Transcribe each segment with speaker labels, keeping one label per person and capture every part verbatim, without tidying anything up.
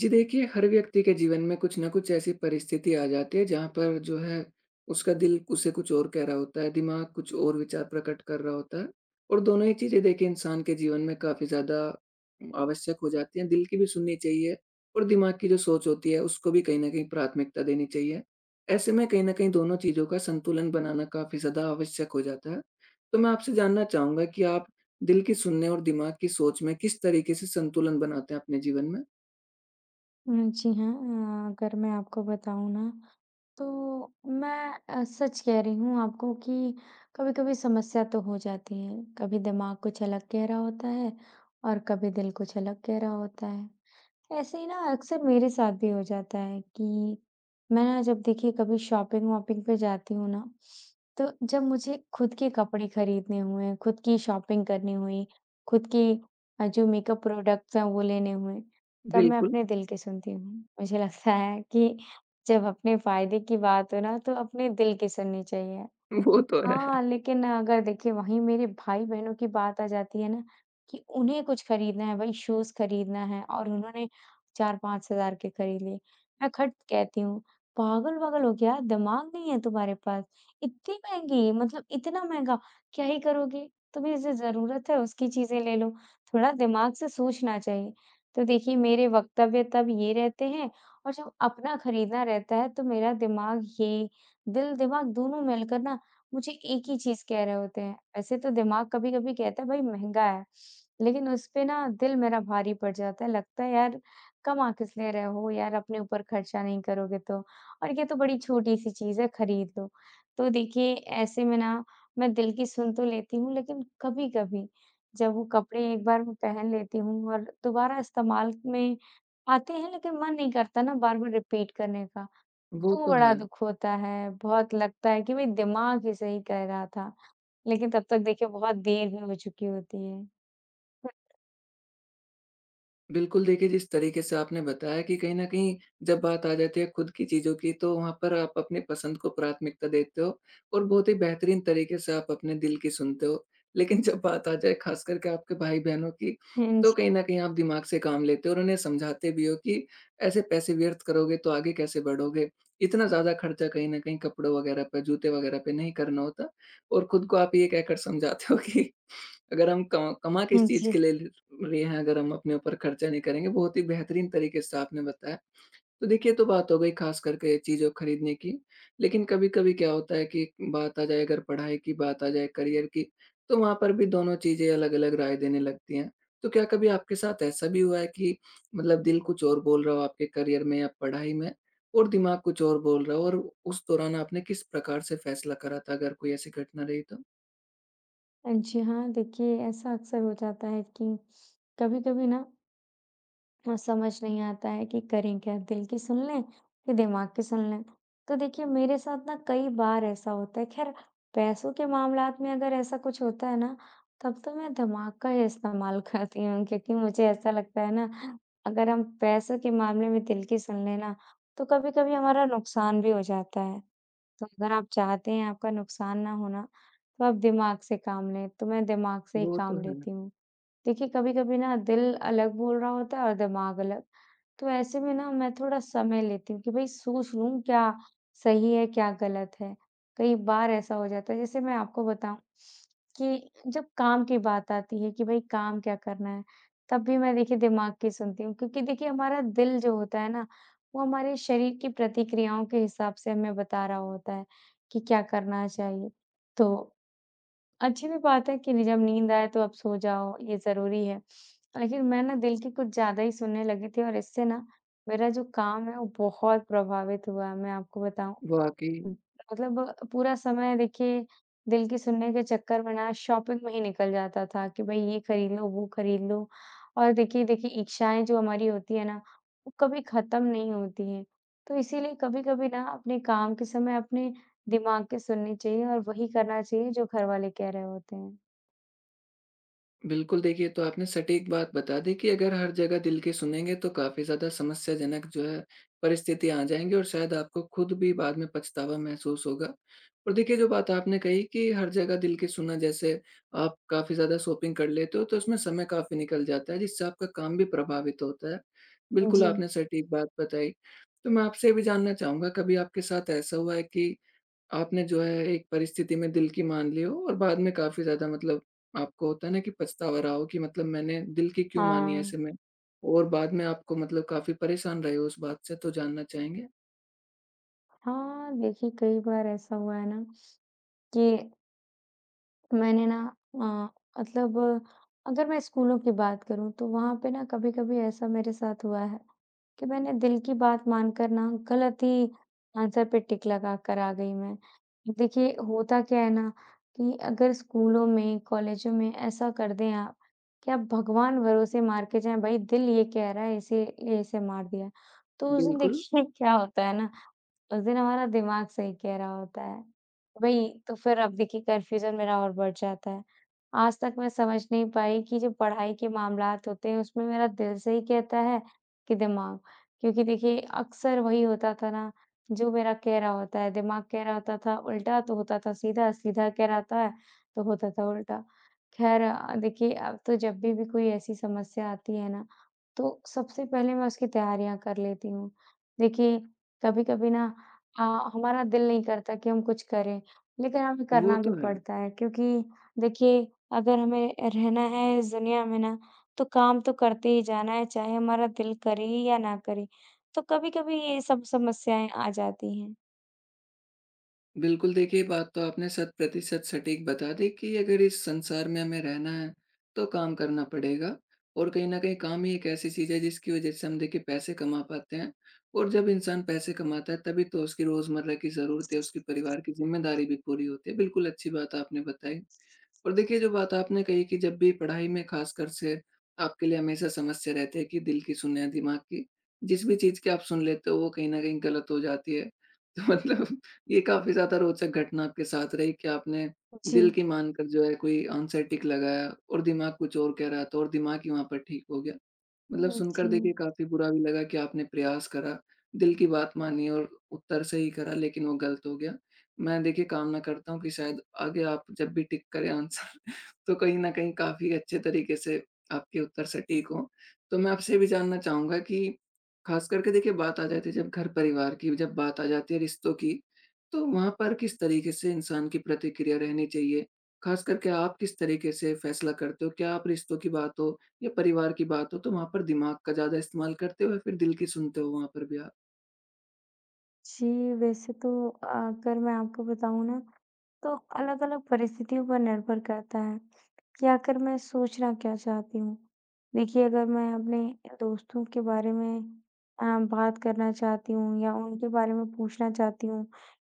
Speaker 1: जी देखिए, हर व्यक्ति के जीवन में कुछ न कुछ ऐसी परिस्थिति आ जाती है जहाँ पर जो है उसका दिल उसे कुछ और कह रहा होता है, दिमाग कुछ और विचार प्रकट कर रहा होता है और दोनों ही चीज़ें देखिए इंसान के जीवन में काफ़ी ज़्यादा आवश्यक हो जाती हैं। दिल की भी सुननी चाहिए और दिमाग की जो सोच होती है उसको भी कहीं न कहीं प्राथमिकता देनी चाहिए। ऐसे में कहीं न कहीं दोनों चीज़ों का संतुलन बनाना काफ़ी ज़्यादा आवश्यक हो जाता है। तो मैं आपसे जानना चाहूँगा कि आप दिल की सुनने और दिमाग की सोच में किस तरीके से संतुलन बनाते हैं अपने जीवन में?
Speaker 2: हुँ, जी हाँ। अ, अगर मैं आपको बताऊँ ना, तो मैं अ, सच कह रही हूँ आपको कि कभी-कभी समस्या तो हो जाती है। कभी दिमाग कुछ अलग कह रहा होता है और कभी दिल कुछ अलग कह रहा होता है। ऐसे ही ना अक्सर मेरे साथ भी हो जाता है कि मैं ना जब देखिए कभी शॉपिंग-वॉपिंग पे जाती हूँ ना, तो जब मुझे खुद के कपड़े खरीदने हुए, खुद की शॉपिंग करनी हुई, खुद की अ, जो मेकअप प्रोडक्ट्स हैं वो लेने हुए, तब मैं
Speaker 1: बिल्कुल।
Speaker 2: अपने दिल की सुनती हूँ। मुझे लगता है कि जब अपने फ़ायदे की बात हो ना, तो अपने दिल की सुननी चाहिए।
Speaker 1: वो तो है,
Speaker 2: हाँ, लेकिन अगर देखिए वहीं मेरे भाई-बहनों की बात आ जाती है ना कि उन्हें कुछ खरीदना है, वही शूज़ खरीदना है और उन्होंने चार पाँच हज़ार के खरीद लिए। मैं खट कहती हूँ, पागल-वागल हो क्या? दिमाग नहीं है तुम्हारे पास? इतनी महँगी मतलब इतना महँगा, क्या ही करोगे? तुम्हें जैसे ज़रूरत है उसकी चीज़ें ले लो, थोड़ा दिमाग से सोचना चाहिए। तो देखिए मेरे वक्तव्य तब ये रहते हैं और जब अपना खरीदना रहता है तो मेरा दिमाग ये दिल-दिमाग दोनों मिलकर ना मुझे एक ही चीज़ कह रहे होते हैं। ऐसे तो दिमाग कभी-कभी कहता है भाई महँगा है, लेकिन उस पे ना दिल मेरा भारी पड़ जाता है, लगता है यार कमा किस लिए रहे हो यार, अपने ऊपर खर्चा नहीं करोगे तो और ये तो बड़ी छोटी-सी चीज़ है खरीद लो। तो देखिए ऐसे में ना मैं दिल की सुन तो लेती हूँ लेकिन कभी-कभी जब वो कपड़े एक बार मैं पहन लेती हूँ और दोबारा इस्तेमाल में आते हैं लेकिन मन नहीं करता ना बार-बार रिपीट करने का।
Speaker 1: वो
Speaker 2: तो
Speaker 1: तो
Speaker 2: बड़ा
Speaker 1: है।
Speaker 2: दुःख होता है, बहुत लगता है कि भाई दिमाग ही सही कह रहा था, लेकिन तब तक देखिए बहुत देर भी हो चुकी होती है।
Speaker 1: बिल्कुल, देखिए जिस तरीके से आपने बताया कि कहीं न कहीं जब बात आ जाती है खुद की चीज़ों की तो वहाँ पर आप अपनी पसंद को प्राथमिकता देते हो और बहुत ही बेहतरीन तरीके से आप अपने दिल की सुनते हो। लेकिन जब बात आ जाए ख़ास करके आपके भाई-बहनों की,
Speaker 2: हाँ
Speaker 1: तो कहीं
Speaker 2: जी,
Speaker 1: न कहीं आप दिमाग से काम लेते हो और उन्हें समझाते भी हो कि ऐसे पैसे व्यर्थ करोगे तो आगे कैसे बढ़ोगे। इतना ज़्यादा खर्चा कहीं न कहीं कपड़ों वग़ैरह पे, जूते वग़ैरह पे नहीं करना होता और खुद को आप ये कहकर समझाते हो कि अगर हम कमा कमा किस
Speaker 2: हाँ
Speaker 1: चीज़ के
Speaker 2: जी।
Speaker 1: लिए बढ़िया है, अगर हम अपने ऊपर खर्चा नहीं करेंगे। बहुत ही बेहतरीन तरीके से आपने बताया। तो देखिए, ये तो बात हो गई ख़ास करके चीज़ों खरीदने की, लेकिन कभी-कभी क्या होता है कि बात आ जाए, अगर पढ़ाई की बात आ जाए, करियर की, तो वहाँ पर भी दोनों चीज़ें अलग-अलग राय देने लगती हैं। तो क्या कभी आपके साथ ऐसा भी हुआ है कि मतलब दिल कुछ और बोल रहा हो आपके करियर में या पढ़ाई में और दिमाग कुछ और बोल रहा हो, और उस दौरान आपने किस प्रकार से फ़ैसला करा था? अगर कोई ऐसी घटना रही तो?
Speaker 2: हाँ जी, हाँ, देखिए ऐसा अक्सर हो जाता है कि कभी-कभी ना हाँ, समझ नहीं आता है कि करें क्या, दिल की सुन लें कि दिमाग की सुन लें। तो देखिए मेरे साथ ना कई बार ऐसा होता है, ख़ैर पैसों के मामलात में अगर ऐसा कुछ होता है ना, तब तो मैं दिमाग का ही इस्तेमाल करती हूँ क्योंकि मुझे ऐसा लगता है ना, अगर हम पैसों के मामले में दिल की सुन लें ना, तो कभी-कभी हमारा नुकसान भी हो जाता है। तो अगर आप चाहते हैं आपका नुकसान ना होना, तो आप दिमाग से काम लें, तो मैं दिमाग से ही
Speaker 1: वो तो
Speaker 2: काम
Speaker 1: है।
Speaker 2: लेती हूँ। देखिए, कभी-कभी ना दिल अलग बोल रहा होता है और दिमाग अलग। तो ऐसे में ना मैं थोड़ा समय लेती हूँ कि भई सोच लूँ क्या सही है, क्या गलत है। कई बार ऐसा हो जाता है जैसे मैं आपको बताऊँ कि जब काम की बात आती है कि भई काम क्या करना है, तब भी मैं देखिए दिमाग की सुनती हूँ क्योंकि देखिए हमारा दिल जो होता है ना, वो हमारे शरीर की प्रतिक्रियाओं के हिसाब से हमें बता रहा होता है कि क्या करना चाहिए। तो अच्छी भी बात है कि नि जब नींद आए तो आप सो जाओ, ये ज़रूरी है। लेकिन मैं ना दिल की कुछ ज़्यादा ही सुनने लगी थी और इससे ना मेरा जो काम है वो बहुत प्रभावित हुआ है, मैं आपको बताऊँ।
Speaker 1: वाक़ई।
Speaker 2: हुँ, मतलब पूरा समय देखिए दिल की सुनने के चक्कर में ना शॉपिंग में ही निकल जाता था कि भई ये खरीद लो, वो खरीद लो और देखिए देखिए इच्छाएँ जो हमारी होती है ना, वो कभी ख़त्म नहीं होती हैं। तो इसीलिए कभी-कभी ना अपने काम के समय अपने दिमाग की सुननी चाहिए और वही करना चाहिए जो घरवाले कह रहे होते हैं।
Speaker 1: बिल्कुल, देखिए तो आपने सटीक बात बता दी कि अगर हर जगह दिल की सुनेंगे तो काफ़ी ज़्यादा समस्याजनक जो है परिस्थितियाँ आ जाएँगी और शायद आपको खुद भी बाद में पछतावा महसूस होगा। और देखिए, जो बात आपने कही कि हर जगह दिल की सुनना, जैसे आप काफ़ी ज़्यादा शॉपिंग कर लेते हो तो उसमें समय काफ़ी निकल जाता है जिससे आपका काम भी प्रभावित होता है। बिल्कुल,
Speaker 2: जी।
Speaker 1: आपने सटीक बात बताई। तो मैं आपसे ये भी जानना चाहूँगा, कभी आपके साथ ऐसा हुआ है कि आपने जो है एक परिस्थिति में दिल की मान ली हो और बाद में काफ़ी ज़्यादा, मतलब आपको होता है ना कि पछतावा रहा हो कि मतलब मैंने दिल की क्यों मानी
Speaker 2: हाँ।
Speaker 1: ऐसे में? और बाद में आपको मतलब काफ़ी परेशान रहे हो उस बात से, तो जानना चाहेंगे?
Speaker 2: हाँ, देखिए कई बार ऐसा हुआ है ना कि मैंने ना अ, मतलब अगर मैं स्कूलों की बात करूँ तो वहाँ पे ना कभी-कभी ऐसा मेरे साथ हुआ है कि मैंने दिल की बात मानकर ना गलत ही आंसर पे टिक लगाकर आ गई मैं। देखिए होता क्या है ना कि अगर स्कूलों में, कॉलेजों में ऐसा कर दें आप कि आप भगवान भरोसे मार के जाएँ, भई दिल ये कह रहा है इसे, इसे मार दिया। तो उस दिन
Speaker 1: बिल्कुल,
Speaker 2: देखिए क्या होता है ना उस दिन हमारा दिमाग सही कह रहा होता है। वही, तो फिर अब देखिए कन्फ्यूज़न मेरा और बढ़ जाता है। आज तक मैं समझ नहीं पाई कि जो पढ़ाई के मामलात होते हैं उसमें मेरा दिल सही कहता है कि दिमाग? क्योंकि देखिए अक्सर वही होता था ना जो मेरा कह रहा होता है, दिमाग कह रहा होता था उल्टा तो होता था सीधा, सीधा कह रहा था तो होता था उल्टा। ख़ैर अ, देखिए अब तो जब भी, भी कोई ऐसी समस्या आती है ना, तो सबसे पहले मैं उसकी तैयारियाँ कर लेती हूँ। देखिए, कभी-कभी ना अ, हमारा दिल नहीं करता कि हम कुछ करें, लेकिन हमें
Speaker 1: वो
Speaker 2: करना भी
Speaker 1: तो है।
Speaker 2: पड़ता है क्योंकि देखिए अगर हमें रहना है इस दुनिया में ना, तो काम तो करते ही जाना है, चाहे हमारा दिल करे या ना करे। तो कभी-कभी ये सब समस्याएँ आ जाती हैं।
Speaker 1: बिल्कुल, देखिए बात तो आपने शत प्रतिशत सटीक बता दी कि अगर इस संसार में हमें रहना है, तो काम करना पड़ेगा और कहीं न कहीं काम ही एक ऐसी चीज़ है जिसकी वज़ह से हम देखिए पैसे कमा पाते हैं और जब इंसान पैसे कमाता है तभी तो उसकी रोज़मर्रा की ज़रूरतें, उसके परिवार की ज़िम्मेदारी भी पूरी होती है। बिल्कुल अच्छी बात आपने बताई। और देखिए, जो बात आपने कही कि जब भी पढ़ाई में ख़ासकर से आपके लिए हमेशा समस्या रहती है कि दिल की सुने या दिमाग की, जिस भी चीज़ की आप सुन लेते हो, वो कहीं न कहीं गलत हो जाती है। तो मतलब ये काफ़ी ज़्यादा रोचक घटना आपके साथ रही कि आपने दिल
Speaker 2: जी।
Speaker 1: की मानकर जो है कोई आंसर टिक लगाया और दिमाग कुछ और कह रहा था और दिमाग ही वहाँ पर ठीक हो गया। मतलब
Speaker 2: हुँ,
Speaker 1: सुनकर
Speaker 2: जी।
Speaker 1: देखिए काफ़ी बुरा भी लगा कि आपने प्रयास करा, दिल की बात मानी और उत्तर सही करा, लेकिन वो गलत हो गया। मैं देखिए कामना करता हूँ कि शायद आगे आप जब भी टिक करें आंसर तो कहीं न कहीं काफ़ी अच्छे तरीके से आपके उत्तर सटीक हों। तो मैं आपसे ये भी जानना चाहूँगा कि ख़ास करके देखिए बात आ जाती है जब घर-परिवार की, जब बात आ जाती है रिश्तों की, तो वहाँ पर किस तरीके से इंसान की प्रतिक्रिया रहनी चाहिए? ख़ास करके आप किस तरीके से फैसला करते हो? क्या आप, रिश्तों की बात हो या परिवार की बात हो, तो वहाँ पर दिमाग का ज़्यादा इस्तेमाल करते हो या फिर दिल की सुनते हो वहाँ पर भी आप?
Speaker 2: जी, वैसे तो अगर मैं आपको बताऊँ ना तो अलग-अलग परिस्थितियों पर निर्भर करता है कि आखिर मैं सोचना क्या चाहती हूँ। देखिए, अगर मैं अपने दोस्तों के बारे में अ, बात करना चाहती हूँ या उनके बारे में पूछना चाहती हूँ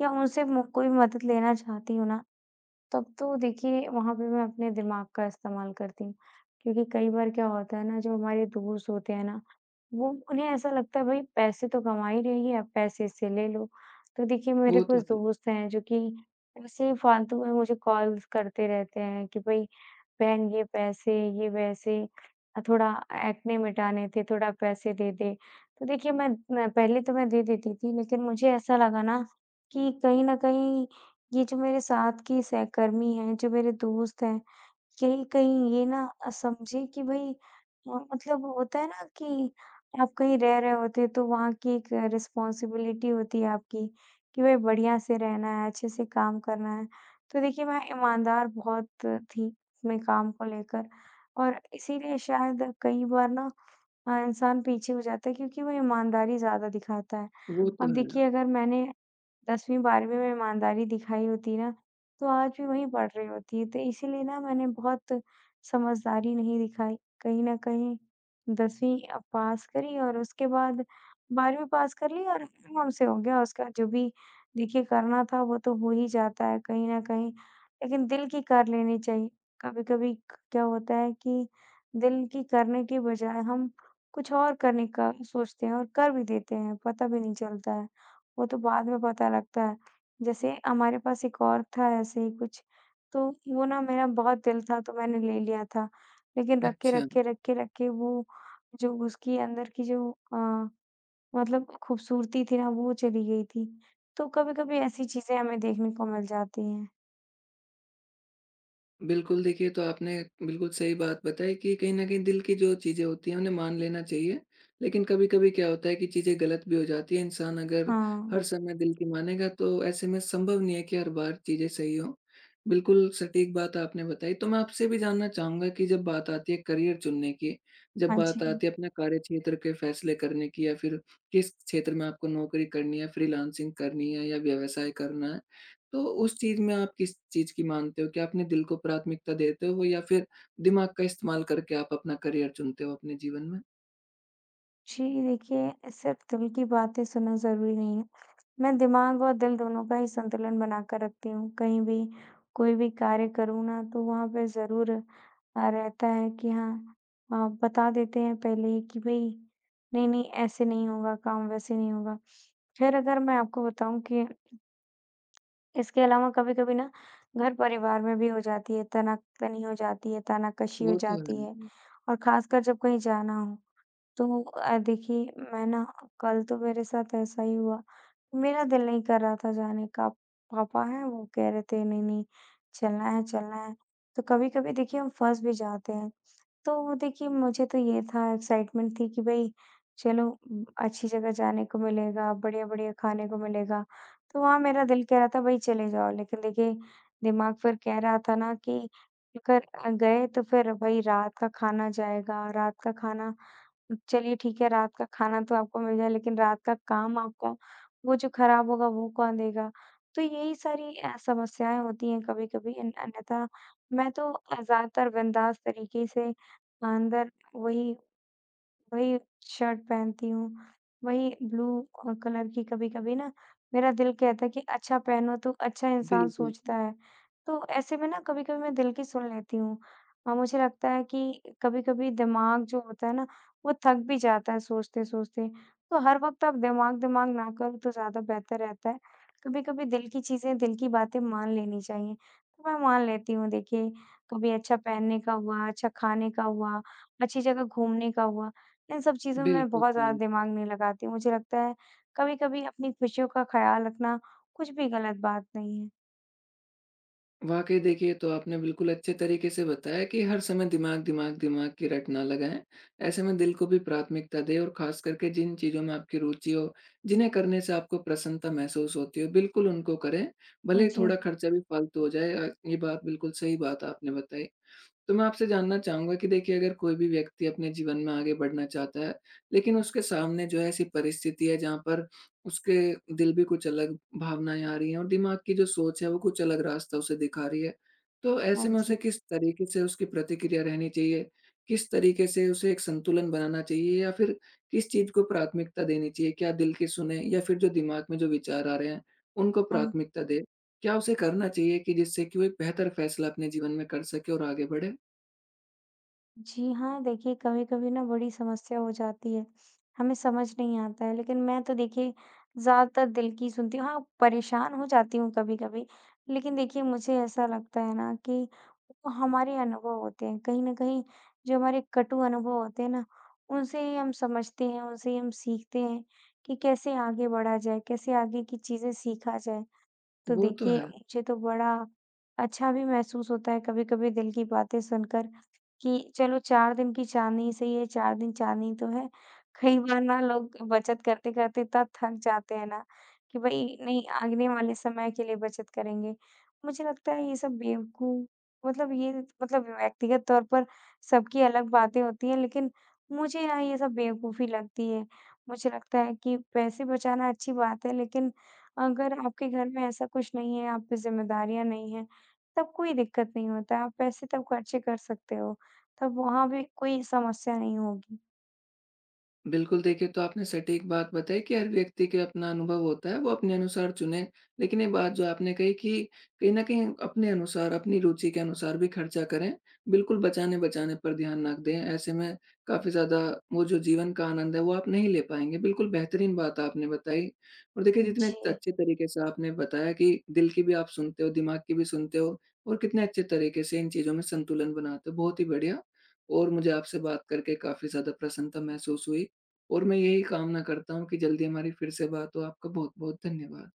Speaker 2: या उनसे मु कोई मदद लेना चाहती हूँ ना, तब तो देखिए वहाँ पे मैं अपने दिमाग का इस्तेमाल करती हूँ। क्योंकि कई बार क्या होता है ना जो हमारे दोस्त होते हैं ना, वो उन्हें ऐसा लगता है भई पैसे तो कमा ही रही है, अब पैसे इससे ले लो। तो देखिए मेरे
Speaker 1: वो तो
Speaker 2: कुछ
Speaker 1: है,
Speaker 2: दोस्त हैं जो कि ऐसे ही फालतू में मुझे कॉल्स करते रहते हैं कि भई बहन ये पैसे, ये वैसे अ, थोड़ा एक्ने मिटाने थे, थोड़ा पैसे दे दे। तो देखिए मैं मैं पहले तो मैं दे देती थी लेकिन मुझे ऐसा लगा ना कि कहीं न कहीं ये जो मेरे साथ की सहकर्मी हैं, जो मेरे दोस्त हैं, कहीं कहीं ये ना अ, समझे कि भई हाँ, मतलब होता है ना कि आप कहीं रह रहे होते हैं, तो वहाँ की एक रिस्पॉन्सिबिलिटी होती है आपकी कि भई बढ़िया से रहना है, अच्छे से काम करना है। तो देखिए, मैं ईमानदार बहुत थी अपने काम को लेकर और इसीलिए शायद कई बार ना हाँ, इंसान पीछे हो जाता है क्योंकि वो ईमानदारी ज़्यादा दिखाता है।
Speaker 1: वो तो
Speaker 2: अब
Speaker 1: है।
Speaker 2: देखिए अगर मैंने दसवीं बारहवीं में ईमानदारी दिखाई होती ना, तो आज भी वहीं पढ़ रही होती। तो इसीलिए ना मैंने बहुत समझदारी नहीं दिखाई। कहीं न कहीं दसवीं अ, पास करी और उसके बाद बारहवीं पास कर ली और आराम से हो गया। उसका जो भी देखिए करना था वो तो हो ही जाता है कहीं न कहीं, लेकिन दिल की कर लेनी चाहिए। कभी-कभी क क्या होता है कि दिल की करने के बजाय हम कुछ और करने का सोचते हैं और कर भी देते हैं, पता भी नहीं चलता है। वो तो बाद में पता लगता है। जैसे हमारे पास एक और था ऐसे ही कुछ, तो वो ना मेरा बहुत दिल था तो मैंने ले लिया था। लेकिन रखे,
Speaker 1: अच्छा।
Speaker 2: रखे, रखे, रखे वो जो उसकी अंदर की जो अ, मतलब खूबसूरती थी ना वो चली गई थी। तो कभी-कभी ऐसी चीज़ें हमें देखने को मिल जाती हैं।
Speaker 1: बिल्कुल, देखिए तो आपने बिल्कुल सही बात बताई कि कहीं न कहीं दिल की जो चीज़ें होती हैं उन्हें मान लेना चाहिए। लेकिन कभी-कभी क्या होता है कि चीज़ें गलत भी हो जाती हैं, इंसान अगर
Speaker 2: हाँ।
Speaker 1: हर समय दिल की मानेगा तो ऐसे में संभव नहीं है कि हर बार चीज़ें सही हों। बिल्कुल सटीक बात आपने बताई। तो मैं आपसे भी जानना चाहूँगा कि जब बात आती है करियर चुनने की, जब
Speaker 2: हाँ
Speaker 1: बात
Speaker 2: जी।
Speaker 1: आती है अपने कार्यक्षेत्र के फैसले करने की, या फिर किस क्षेत्र में आपको नौकरी करनी है, फ्रीलांसिंग करनी है या व्यवसाय करना है? तो उस चीज़ में आप किस चीज़ की मानते हो, कि अपने दिल को प्राथमिकता देते हो या फिर दिमाग का इस्तेमाल करके आप अपना करियर चुनते हो अपने जीवन में?
Speaker 2: जी, देखिए सिर्फ़ दिल की बातें सुनना ज़रूरी नहीं है। मैं दिमाग और दिल दोनों का ही संतुलन बनाकर रखती हूँ। कहीं भी कोई भी कार्य करूँ ना तो वहाँ पे ज़रूर अ, रहता है कि हाँ अ, बता देते हैं पहले ही कि भई नहीं, नहीं ऐसे नहीं होगा काम, वैसे नहीं होगा। ख़ैर अगर मैं आपको बताऊँ कि इसके अलावा कभी-कभी ना घर-परिवार में भी हो जाती है, तना तनी हो जाती है, तानाकशी हो
Speaker 1: वो तो
Speaker 2: जाती है
Speaker 1: है।
Speaker 2: और ख़ासकर जब कहीं जाना हो। तो अ, देखिए मैं ना कल तो मेरे साथ ऐसा ही हुआ। मेरा दिल नहीं कर रहा था जाने का। पापा हैं वो कह रहे थे नहीं-नहीं चलना है, चलना है। तो कभी-कभी देखिए हम फँस भी जाते हैं। तो देखिए मुझे तो ये था एक्साइटमेंट थी कि भई चलो उम, अच्छी जगह जाने को मिलेगा, बढ़िया-बढ़िया खाने को मिलेगा। तो वहाँ मेरा दिल कह रहा था भई चले जाओ। लेकिन देखिए दिमाग फिर कह रहा था ना कि अगर अ, गए तो फिर भई रात का खाना जाएगा, रात का खाना चलिए ठीक है, रात का खाना तो आपको मिल जाए लेकिन रात का काम आपका वो जो खराब होगा वो कौन देगा? तो यही सारी अ, समस्याएँ होती हैं कभी-कभी अन अन्यथा मैं तो अ, ज़्यादातर बिंदास तरीके से अंदर वही वही शर्ट पहनती हूँ, वही ब्लू अ, कलर की कभी-कभी ना मेरा दिल कहता है कि अच्छा पहनो तो अच्छा इंसान
Speaker 1: बिल्कुल,
Speaker 2: सोचता है। तो ऐसे में ना कभी-कभी मैं दिल की सुन लेती हूँ और मुझे लगता है कि कभी-कभी दिमाग जो होता है ना, वो थक भी जाता है सोचते-सोचते। तो हर वक़्त आप दिमाग-दिमाग ना करो तो ज़्यादा बेहतर रहता है। कभी-कभी दिल की चीज़ें, दिल की बातें मान लेनी चाहिए, तो मैं मान लेती हूँ। देखिए, कभी अच्छा पहनने का हुआ, अच्छा खाने का हुआ, अच्छी जगह घूमने का हुआ, इन सब चीज़ों में
Speaker 1: बिल्कुल
Speaker 2: बहुत
Speaker 1: सही।
Speaker 2: ज़्यादा दिमाग नहीं लगाती हूँ। मुझे लगता है कभी-कभी अपनी खुशियों का ख़्याल रखना कुछ भी गलत बात नहीं है।
Speaker 1: वाक़ई देखिए, ये तो आपने बिल्कुल अच्छे तरीके से बताया कि हर समय दिमाग, दिमाग, दिमाग की रट ना लगाएँ। ऐसे में दिल को भी प्राथमिकता दें और ख़ास करके जिन चीज़ों में आपकी रुचि हो, जिन्हें करने से आपको प्रसन्नता महसूस होती हो, बिल्कुल उनको करें। भले ही थोड़ा
Speaker 2: जी।
Speaker 1: खर्चा भी फ़ालतू हो जाए। अ, ये बात बिल्कुल सही बात आपने बताई। तो मैं आपसे जानना चाहूँगा कि देखिए, अगर कोई भी व्यक्ति अपने जीवन में आगे बढ़ना चाहता है, लेकिन उसके सामने जो है ऐसी परिस्थिति है जहाँ पर उसके दिल भी कुछ अलग भावनाएँ आ रही हैं और दिमाग की जो सोच है वो कुछ अलग रास्ता उसे दिखा रही है। तो ऐसे
Speaker 2: हाँ
Speaker 1: में
Speaker 2: जी।
Speaker 1: उसे किस तरीके से उसकी प्रतिक्रिया रहनी चाहिए? किस तरीके से उसे एक संतुलन बनाना चाहिए, या फिर किस चीज़ को प्राथमिकता देनी चाहिए? क्या दिल की सुने या फिर जो दिमाग में जो विचार आ रहे हैं, उनको
Speaker 2: हाँ।
Speaker 1: प्राथमिकता दे? क्या उसे करना चाहिए कि जिससे कि वो एक बेहतर फैसला अपने जीवन में कर सके और आगे बढ़े?
Speaker 2: जी हाँ, देखिए कभी-कभी ना बड़ी समस्या हो जाती है, हमें समझ नहीं आता है। लेकिन मैं तो देखिए ज़्यादातर दिल की सुनती हूँ, हाँ, परेशान हो जाती हूँ कभी-कभी। लेकिन देखिए मुझे ऐसा लगता है ना कि वो हमारे अनुभव होते हैं, कहीं न कहीं जो हमारे कटु अनुभव होते हैं ना, उनसे ही हम समझते हैं, उनसे ही हम सीखते हैं कि कैसे आगे बढ़ा जाए, कैसे आगे की चीज़ें सीखा जाए। तो
Speaker 1: वो तो
Speaker 2: देखिए,
Speaker 1: है।
Speaker 2: मुझे तो बड़ा अच्छा भी महसूस होता है कभी-कभी दिल की बातें सुनकर कि चलो चार दिन की चाँदनी ही सही है, चार दिन चाँदनी तो है। कई बार ना लोग बचत करते-करते इतना थक जाते हैं ना कि भई नहीं आगने वाले समय के लिए बचत करेंगे। मुझे लगता है ये सब बेवकूफ मतलब ये मतलब व्यक्तिगत तौर पर सबकी अलग बातें होती हैं, लेकिन मुझे ना ये सब बेवकूफ़ी लगती है। मुझे लगता है कि पैसे बचाना अच्छी बात है लेकिन अगर आपके घर में ऐसा कुछ नहीं है, आप पे ज़िम्मेदारियाँ नहीं हैं, तब कोई दिक्कत नहीं होता है, आप पैसे तब खर्चे कर सकते हो, तब वहाँ भी कोई समस्या नहीं होगी।
Speaker 1: बिल्कुल, देखिए तो आपने सटीक बात बताई कि हर व्यक्ति के अपना अनुभव होता है, वो अपने अनुसार चुने। लेकिन ये बात जो आपने कही कि कहीं न कहीं अपने अनुसार, अपनी रुचि के अनुसार भी खर्चा करें, बिल्कुल बचाने-बचाने पर ध्यान ना दें। ऐसे में काफ़ी ज़्यादा वो जो जीवन का आनंद है, वो आप नहीं ले पाएँगे। बिल्कुल बेहतरीन बात आपने बताई। और देखिए, जितने
Speaker 2: जी।
Speaker 1: अच्छे तरीके से आपने बताया कि दिल की भी आप सुनते हो, दिमाग की भी सुनते हो और कितने अच्छे तरीके से इन चीज़ों में संतुलन बनाते हो, बहुत ही बढ़िया। और मुझे आपसे बात करके काफ़ी ज़्यादा प्रसन्नता महसूस हुई। और मैं यही कामना करता हूँ कि जल्दी हमारी फिर से बात हो। आपका बहुत-बहुत धन्यवाद।